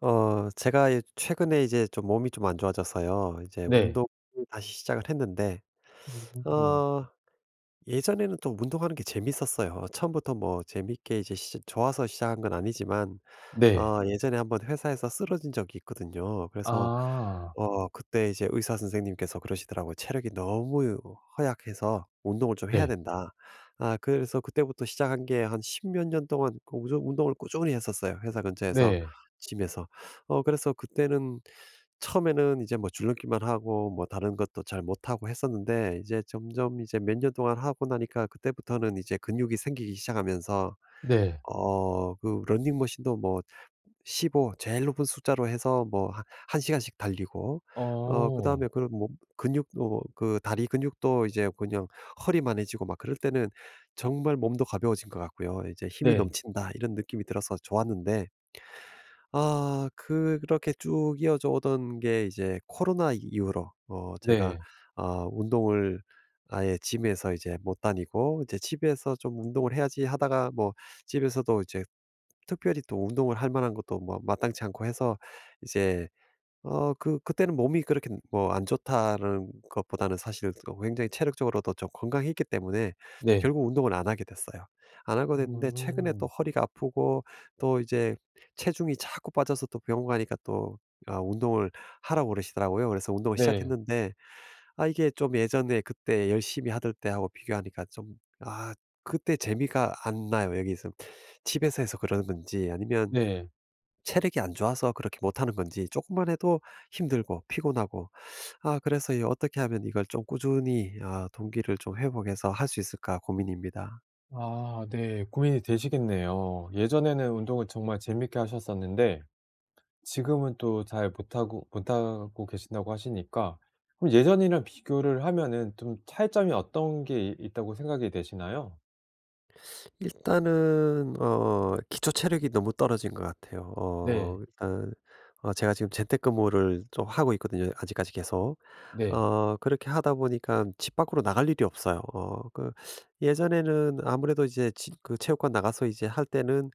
제가 최근에 이제 좀 몸이 좀 안 좋아져서요. 이제 네. 운동을 다시 시작을 했는데 음. 어 예전에는 또 운동하는 게 재밌었어요. 처음부터 뭐 재밌게 이제 시 좋아서 시작한 건 아니지만, 네. 예전에 한번 회사에서 쓰러진 적이 있거든요. 그래서 아. 그때 이제 의사 선생님께서 그러시더라고요. "체력이 너무 허약해서 운동을 좀 해야 네. 된다." 그래서 그때부터 시작한 게 한 십몇 년 동안 그 우저 운동을 꾸준히 했었어요, 회사 근처에서, 네. 짐에서. 그래서 그때는 처음에는 이제 뭐 줄넘기만 하고 뭐 다른 것도 잘 못하고 했었는데, 이제 점점 이제 몇 년 동안 하고 나니까 그때부터는 이제 근육이 생기기 시작하면서, 네. 어 그 러닝머신도 뭐 15 제일 높은 숫자로 해서 뭐 한 1 시간씩 달리고, 어. 그다음에 그런 뭐 근육, 그 다리 근육도 이제 그냥 허리만해지고 막 그럴 때는, 정말 몸도 가벼워진 것 같고요. 이제 '힘이 네. 넘친다.' 이런 느낌이 들어서 좋았는데, 그렇게 쭉 이어져 오던 게 이제 코로나 이후로, 제가 네. 운동을 아예 gym에서 이제 못 다니고, 이제 '집에서 좀 운동을 해야지.' 하다가, 뭐 집에서도 이제 특별히 또 운동을 할 만한 것도 뭐 마땅치 않고 해서, 이제 그때는 몸이 그렇게 뭐 안 좋다는 것보다는 사실 또 굉장히 체력적으로도 좀 건강했기 때문에 네. 결국 운동을 안 하게 됐어요. 안 하게 됐는데, 최근에 또 음. 허리가 아프고 또 이제 체중이 자꾸 빠져서 또 병원 가니까, 또 운동을 하라고 그러시더라고요. 그래서 운동을 네. 시작했는데, 이게 좀 예전에 그때 열심히 하던 때하고 비교하니까 좀, 아 그때 재미가 안 나요. 여기서 집에서 해서 그러는 건지, 아니면 네. 체력이 안 좋아서 그렇게 못하는 건지, 조금만 해도 힘들고 피곤하고, 그래서 이 어떻게 하면 이걸 좀 꾸준히 동기를 좀 회복해서 할 수 있을까 고민입니다. 아 네. 고민이 되시겠네요. 예전에는 운동을 정말 재밌게 하셨었는데 지금은 또 잘 못하고 계신다고 하시니까 그럼 예전이랑 비교를 하면은 좀 차이점이 어떤 게 이 있다고 생각이 되시나요? 일단은 기초 체력이 너무 떨어진 것 같아요. 네. 일단, 제가 지금 재택근무를 좀 하고 있거든요, 아직까지 계속. 네. 그렇게 하다 보니까 집 밖으로 나갈 일이 없어요. 예전에는 아무래도 이제 지 그 체육관 나가서 이제 할 때는,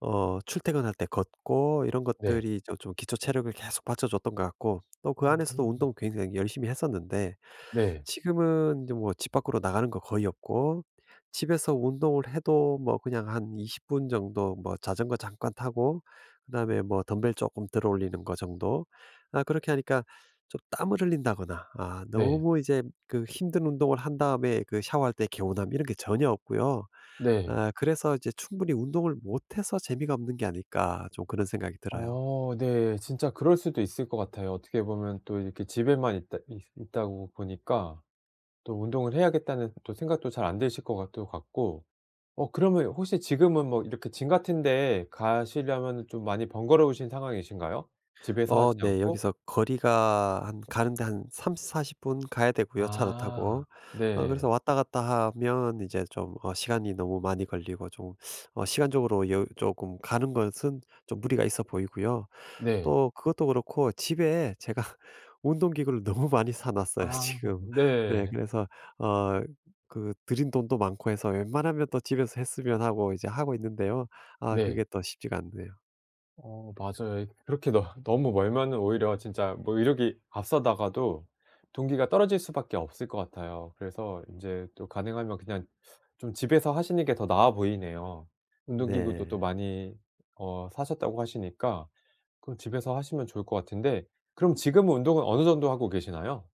출퇴근할 때 걷고 이런 네. 것들이 좀 기초 체력을 계속 받쳐줬던 것 같고, 또 그 안에서도 음. 운동 굉장히 열심히 했었는데, 네. 지금은 제뭐집 밖으로 나가는 거 거의 없고, 집에서 운동을 해도 뭐 그냥 한 20분 정도 뭐 자전거 잠깐 타고, 그다음에 뭐 덤벨 조금 들어 올리는 거 정도. 그렇게 하니까 좀 땀을 흘린다거나, 네. 너무 이제 그 힘든 운동을 한 다음에 그 샤워할 때 개운함, 이런 게 전혀 없고요. 네. 그래서 이제 '충분히 운동을 못해서 재미가 없는 게 아닐까.' 좀 그런 생각이 들어요. 어 네. 진짜 그럴 수도 있을 것 같아요. 어떻게 보면 또 이렇게 집에만 있다고 보니까 또 '운동을 해야겠다.'는 또 생각도 잘 안 드실 것 같도 같고 어 그러면 혹시 지금은 뭐 이렇게 짐 같은 데 가시려면 좀 많이 번거로우신 상황이신가요? 집에서 하지 네. 않고? 여기서 거리가 한 가는데 한 30-40분 가야 되고요, 차로 타고. 아. 그래서 네. 왔다 갔다 하면 이제 좀, 시간이 너무 많이 걸리고 좀, 시간적으로 여 조금 가는 것은 좀 무리가 있어 보이고요. 네. 또 그것도 그렇고, 집에 제가 운동기구를 너무 많이 사 놨어요 아 지금. 네, 네. 그래서 어 그 들인 돈도 많고 해서 웬만하면 또 집에서 했으면 하고 이제 하고 있는데요. 네. 그게 또 쉽지가 않네요. 어 맞아요. 그렇게 너 너무 멀면은 오히려 진짜 뭐 이력이 앞서다가도 동기가 떨어질 수밖에 없을 것 같아요. 그래서 이제 또 가능하면 그냥 좀 집에서 하시는 게 더 나아 보이네요. 운동기구도 또 네. 많이 어 사셨다고 하시니까 그럼 집에서 하시면 좋을 것 같은데 그럼 지금은 운동은 어느 정도 하고 계시나요?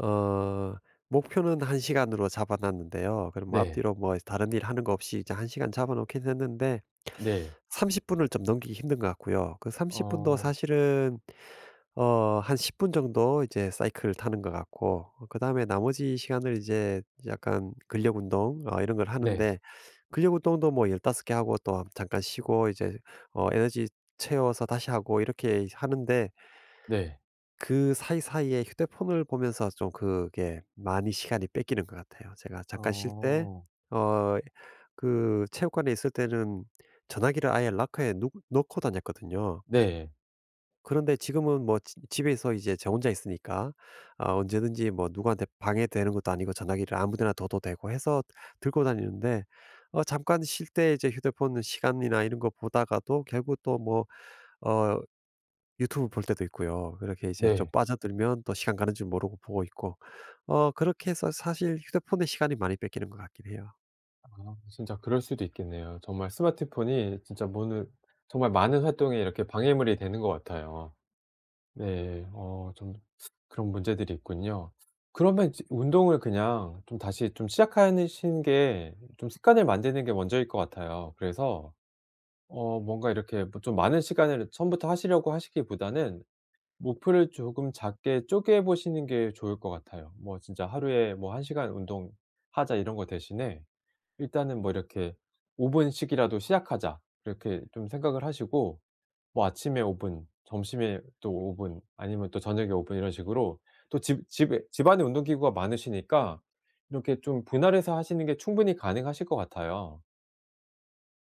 어 목표는 1 시간으로 잡아 놨는데요. 그럼 뭐 네. 앞뒤로 뭐 다른 일 하는 거 없이 이제 1 시간 잡아 놓긴 했는데, 네. 30 분을 좀 넘기기 힘든 것 같고요. 그 30 분도 어. 사실은 한 10분 정도 이제 사이클을 타는 것 같고, 그다음에 나머지 시간을 이제 약간 근력 운동, 이런 걸 네. 하는데, 근력 운동도 뭐 15개 하고 또 잠깐 쉬고 이제 에너지 채워서 다시 하고, 이렇게 하는데 네. 그 사이사이에 휴대폰을 보면서 좀, 그게 많이 시간이 뺏기는 것 같아요. 제가 잠깐 쉴 때, 어. 어 그 체육관에 있을 때는 전화기를 아예 락커에 누 넣고 다녔거든요. 네. 그런데 지금은 뭐 지 집에서 이제 저 혼자 있으니까, 언제든지 뭐 누구한테 방해되는 것도 아니고 전화기를 아무 데나 둬도 되고 해서 들고 다니는데, 잠깐 쉴 때 이제 휴대폰 시간이나 이런 거 보다가도 결국 또 뭐 어 유튜브 볼 때도 있고요. 그렇게 이제 좀 네. 빠져들면 또 시간 가는 줄 모르고 보고 있고, 그렇게 해서 사실 휴대폰에 시간이 많이 뺏기는 것 같긴 해요. 아 진짜 그럴 수도 있겠네요. 정말 스마트폰이 진짜 오늘 정말 많은 활동에 이렇게 방해물이 되는 것 같아요. 네. 어 좀 그런 문제들이 있군요. 그러면 이제 운동을 그냥 좀 다시 좀 시작하시는 게 좀 습관을 만드는 게 먼저일 것 같아요. 그래서 어 뭔가 이렇게 뭐좀 많은 시간을 처음부터 하시려고 하시기보다는 목표를 조금 작게 쪼개 보시는 게 좋을 것 같아요. 뭐 진짜 하루에 뭐 1 시간 운동하자 이런 거 대신에 일단은 뭐 이렇게 '5 분씩이라도 시작하자.' 이렇게 좀 생각을 하시고 뭐 아침에 5 분, 점심에 또 5분 아니면 또 저녁에 5분 이런 식으로 또 집 안에 운동기구가 많으시니까 이렇게 좀 분할해서 하시는 게 충분히 가능하실 것 같아요.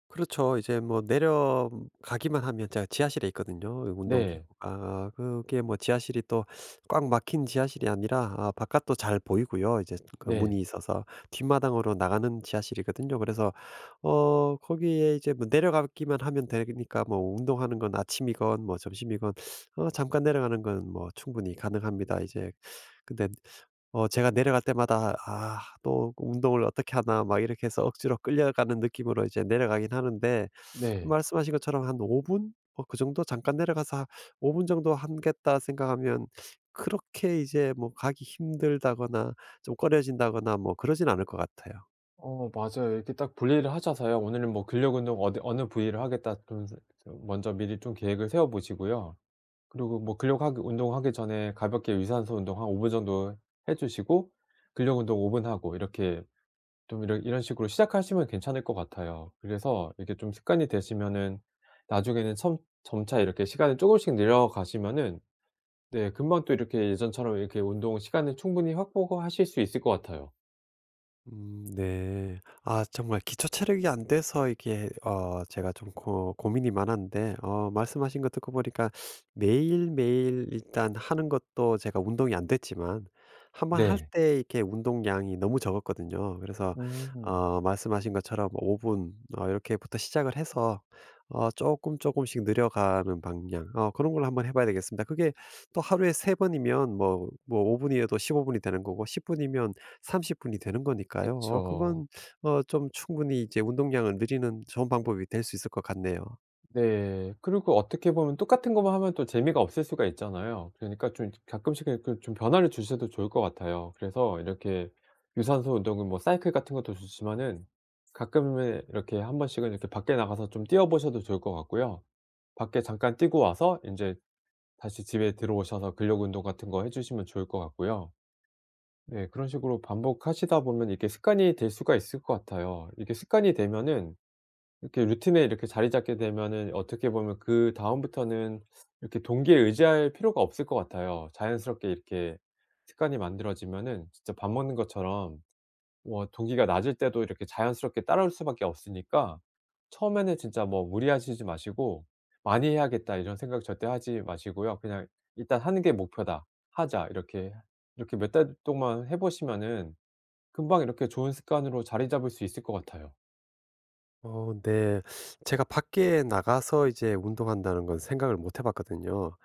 그렇죠. 이제 뭐 내려가기만 하면, 제가 지하실에 있거든요, 네. 운동기구가. 그게 뭐 지하실이 또 꽉 막힌 지하실이 아니라, 바깥도 잘 보이고요. 이제 그 네. 문이 있어서 뒷마당으로 나가는 지하실이거든요. 그래서 거기에 이제 뭐 내려가기만 하면 되니까, 뭐 운동하는 건 아침이건 뭐 점심이건, 잠깐 내려가는 건 뭐 충분히 가능합니다, 이제. 근데 제가 내려갈 때마다 '아 또 운동을 어떻게 하나.' 막 이렇게 해서 억지로 끌려가는 느낌으로 이제 내려가긴 하는데, 네. 말씀하신 것처럼 한 5 분? 뭐 그 정도 잠깐 내려가서 5분 정도 하겠다 생각하면, 그렇게 이제 뭐 가기 힘들다거나 좀 꺼려진다거나 뭐, 그러진 않을 것 같아요. 어 맞아요. 이렇게 딱 분리를 하셔서요. '오늘은 뭐 근력 운동 어디 어느 부위를 하겠다.' 좀 먼저 미리 좀 계획을 세워 보시고요. 그리고 뭐 근력 하기 운동하기 전에 가볍게 유산소 운동 한 5분 정도 해 주시고 근력 운동 5분 하고 이렇게 좀 이런 식으로 시작하시면 괜찮을 것 같아요. 그래서 이게 좀 습관이 되시면은 나중에는 첨 점차 이렇게 시간을 쪼금씩 늘려가시면은 네 금방 또 이렇게 예전처럼 이렇게 운동 시간을 충분히 확보하실 수 있을 것 같아요. 음, 네. 정말 기초 체력이 안 돼서 이게, 제가 좀 고 고민이 많았는데, 말씀하신 거 듣고 보니까, 매일매일 일단 하는 것도 제가 운동이 안 됐지만, 한번 할 네. 때 이렇게 운동량이 너무 적었거든요. 그래서 음. 말씀하신 것처럼 5 분, 이렇게부터 시작을 해서 조금씩 늘려가는 방향, 그런 걸 한번 해 봐야 되겠습니다. 그게 또 하루에 3 번이면 뭐 5 분이어도 15 분이 되는 거고, 10 분이면 30분이 되는 거니까요. 그쵸. 그건 좀 충분히 이제 운동량을 늘리는 좋은 방법이 될 수 있을 것 같네요. 네. 그리고 어떻게 보면 똑같은 것만 하면 또 재미가 없을 수가 있잖아요. 그러니까 좀 가끔씩은 그 좀 변화를 주셔도 좋을 것 같아요. 그래서 이렇게 유산소 운동은 뭐 사이클 같은 것도 좋지만은 가끔은 이렇게 한 번씩은 이렇게 밖에 나가서 좀 뛰어 보셔도 좋을 것 같고요. 밖에 잠깐 뛰고 와서 인제 다시 집에 들어오셔서 근력 운동 같은 거 해 주시면 좋을 것 같고요. 네. 그런 식으로 반복하시다 보면 이게 습관이 될 수가 있을 것 같아요. 이게 습관이 되면은 이렇게 루틴에 이렇게 자리 잡게 되면은 어떻게 보면 그다음부터는 이렇게 동기에 의지할 필요가 없을 것 같아요. 자연스럽게 이렇게 습관이 만들어지면은 진짜 밥 먹는 것처럼 뭐 동기가 낮을 때도 이렇게 자연스럽게 따라올 수밖에 없으니까 처음에는 진짜 뭐 무리하시지 마시고 '많이 해야겠다.' 이런 생각 절대 하지 마시고요. 그냥 '일단 하는 게 목표다. 하자.' 이렇게 이렇게 몇 달 동안 해 보시면은 금방 이렇게 좋은 습관으로 자리 잡을 수 있을 것 같아요. 네. 제가 밖에 나가서 이제 운동한다는 건 생각을 못 해 봤거든요.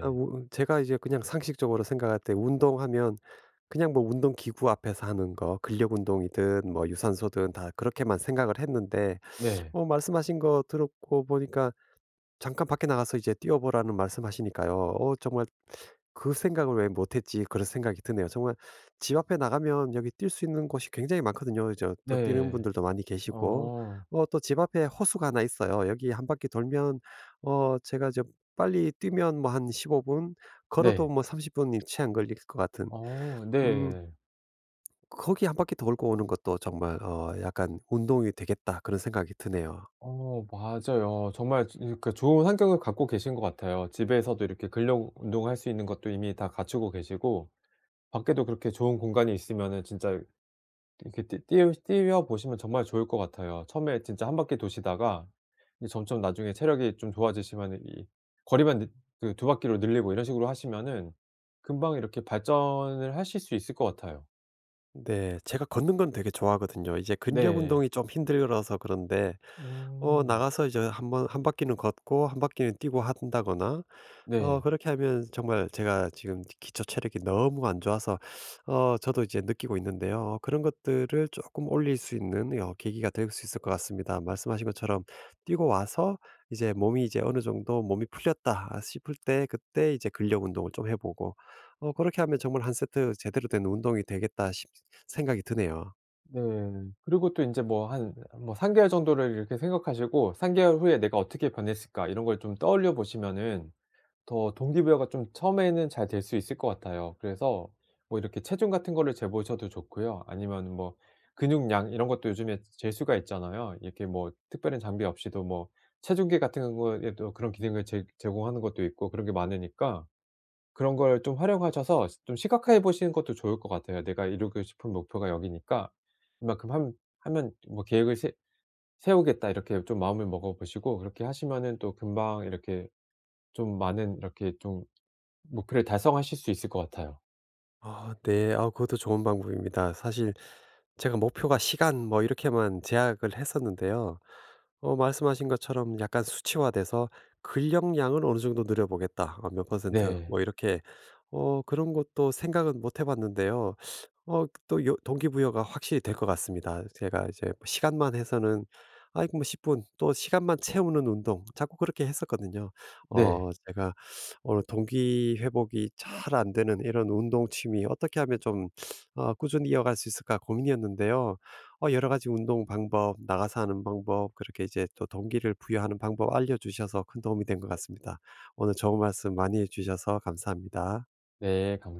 아 우 제가 이제 그냥 상식적으로 생각할 때 운동하면, 그냥 뭐 운동 기구 앞에서 하는 거 근력 운동이든 뭐 유산소든 다 그렇게만 생각을 했는데, 네. 말씀하신 거 들었고 보니까, 잠깐 밖에 나가서 이제 뛰어 보라는 말씀하시니까요. 정말 '그 생각을 왜 못 했지.' 그런 생각이 드네요. 정말 집 앞에 나가면 여기 뛸 수 있는 곳이 굉장히 많거든요. 이제 또 뛰는 네. 분들도 많이 계시고, 어. 또 집 앞에 호수가 하나 있어요. 여기 한 바퀴 돌면 제가 빨리 뛰면 뭐 한 15분, 걸어도 네. 뭐 30 분이 채 안 걸릴 것 같은. 어 음 네. 거기 한 바퀴 돌고 오는 것도 정말 약간 '운동이 되겠다.' 그런 생각이 드네요. 어 맞아요. 정말 즈 그 좋은 환경을 갖고 계신 것 같아요. 집에서도 이렇게 근력 운동할 수 있는 것도 이미 다 갖추고 계시고 밖에도 그렇게 좋은 공간이 있으면은 진짜 이렇게 뛰 뛰어 뛰어 보시면 정말 좋을 것 같아요. 처음에 진짜 한 바퀴 도시다가 이제 점점 나중에 체력이 좀 좋아지시면은 이 거리만 느 그 두 바퀴로 늘리고 이런 식으로 하시면은 금방 이렇게 발전을 하실 수 있을 것 같아요. 네. 제가 걷는 건 되게 좋아하거든요. 이제 근력 네. 운동이 좀 힘들어서 그런데, 음. 나가서 이제 한번 한 바퀴는 걷고 한 바퀴는 뛰고 한다거나, 네. 그렇게 하면 정말 제가 지금 기초 체력이 너무 안 좋아서, 저도 이제 느끼고 있는데요. 그런 것들을 조금 올릴 수 있는 계기가 될 수 있을 것 같습니다. 말씀하신 것처럼, 뛰고 와서 이제 몸이 이제 어느 정도 '몸이 풀렸다.' 싶을 때 그때 이제 근력 운동을 좀 해 보고, 그렇게 하면 정말 한 세트 제대로 된 운동이 되겠다 싶 생각이 드네요. 네. 그리고 또 인제 뭐 3 개월 정도를 이렇게 생각하시고 '3 개월 후에 내가 어떻게 변했을까?' 이런 걸 좀 떠올려 보시면은 더 동기부여가 좀 처음에는 잘 될 수 있을 것 같아요. 그래서 뭐 이렇게 체중 같은 거를 재보셔도 좋고요. 아니면 뭐 근육량 이런 것도 요즘에 잴 수가 있잖아요. 이렇게 뭐 특별한 장비 없이도 뭐 체중계 같은 거에도 그런 기능을 제 제공하는 것도 있고 그런 게 많으니까 그런 걸 좀 활용하셔서 좀 시각화해 보시는 것도 좋을 것 같아요. 내가 이루고 싶은 목표가 여기니까 이만큼 함 하면 뭐 '계획을 세 세우겠다.' 이렇게 좀 마음을 먹어 보시고 그렇게 하시면은 또 금방 이렇게 좀 많은 이렇게 좀 목표를 달성하실 수 있을 것 같아요. 네. 그것도 좋은 방법입니다. 사실 제가 목표가 시간 뭐 이렇게만 제약을 했었는데요. 말씀하신 것처럼 약간 수치화돼서 '근력량은 어느 정도 늘려 보겠다. 어 몇 퍼센트.' 네. 뭐 이렇게, 그런 것도 생각은 못해 봤는데요. 또 요 동기부여가 확실히 될 것 같습니다. 제가 이제 뭐 시간만 해서는 아이고, 뭐 10분, 또 시간만 채우는 운동 자꾸 그렇게 했었거든요. 네. 제가 오늘 동기 회복이 잘 안 되는 이런 운동 취미 어떻게 하면 좀, 꾸준히 이어갈 수 있을까 고민이었는데요. 여러 가지 운동 방법, 나가서 하는 방법, 그렇게 이제 또 동기를 부여하는 방법 알려주셔서 큰 도움이 된 것 같습니다. 오늘 좋은 말씀 많이 해주셔서 감사합니다. 네. 감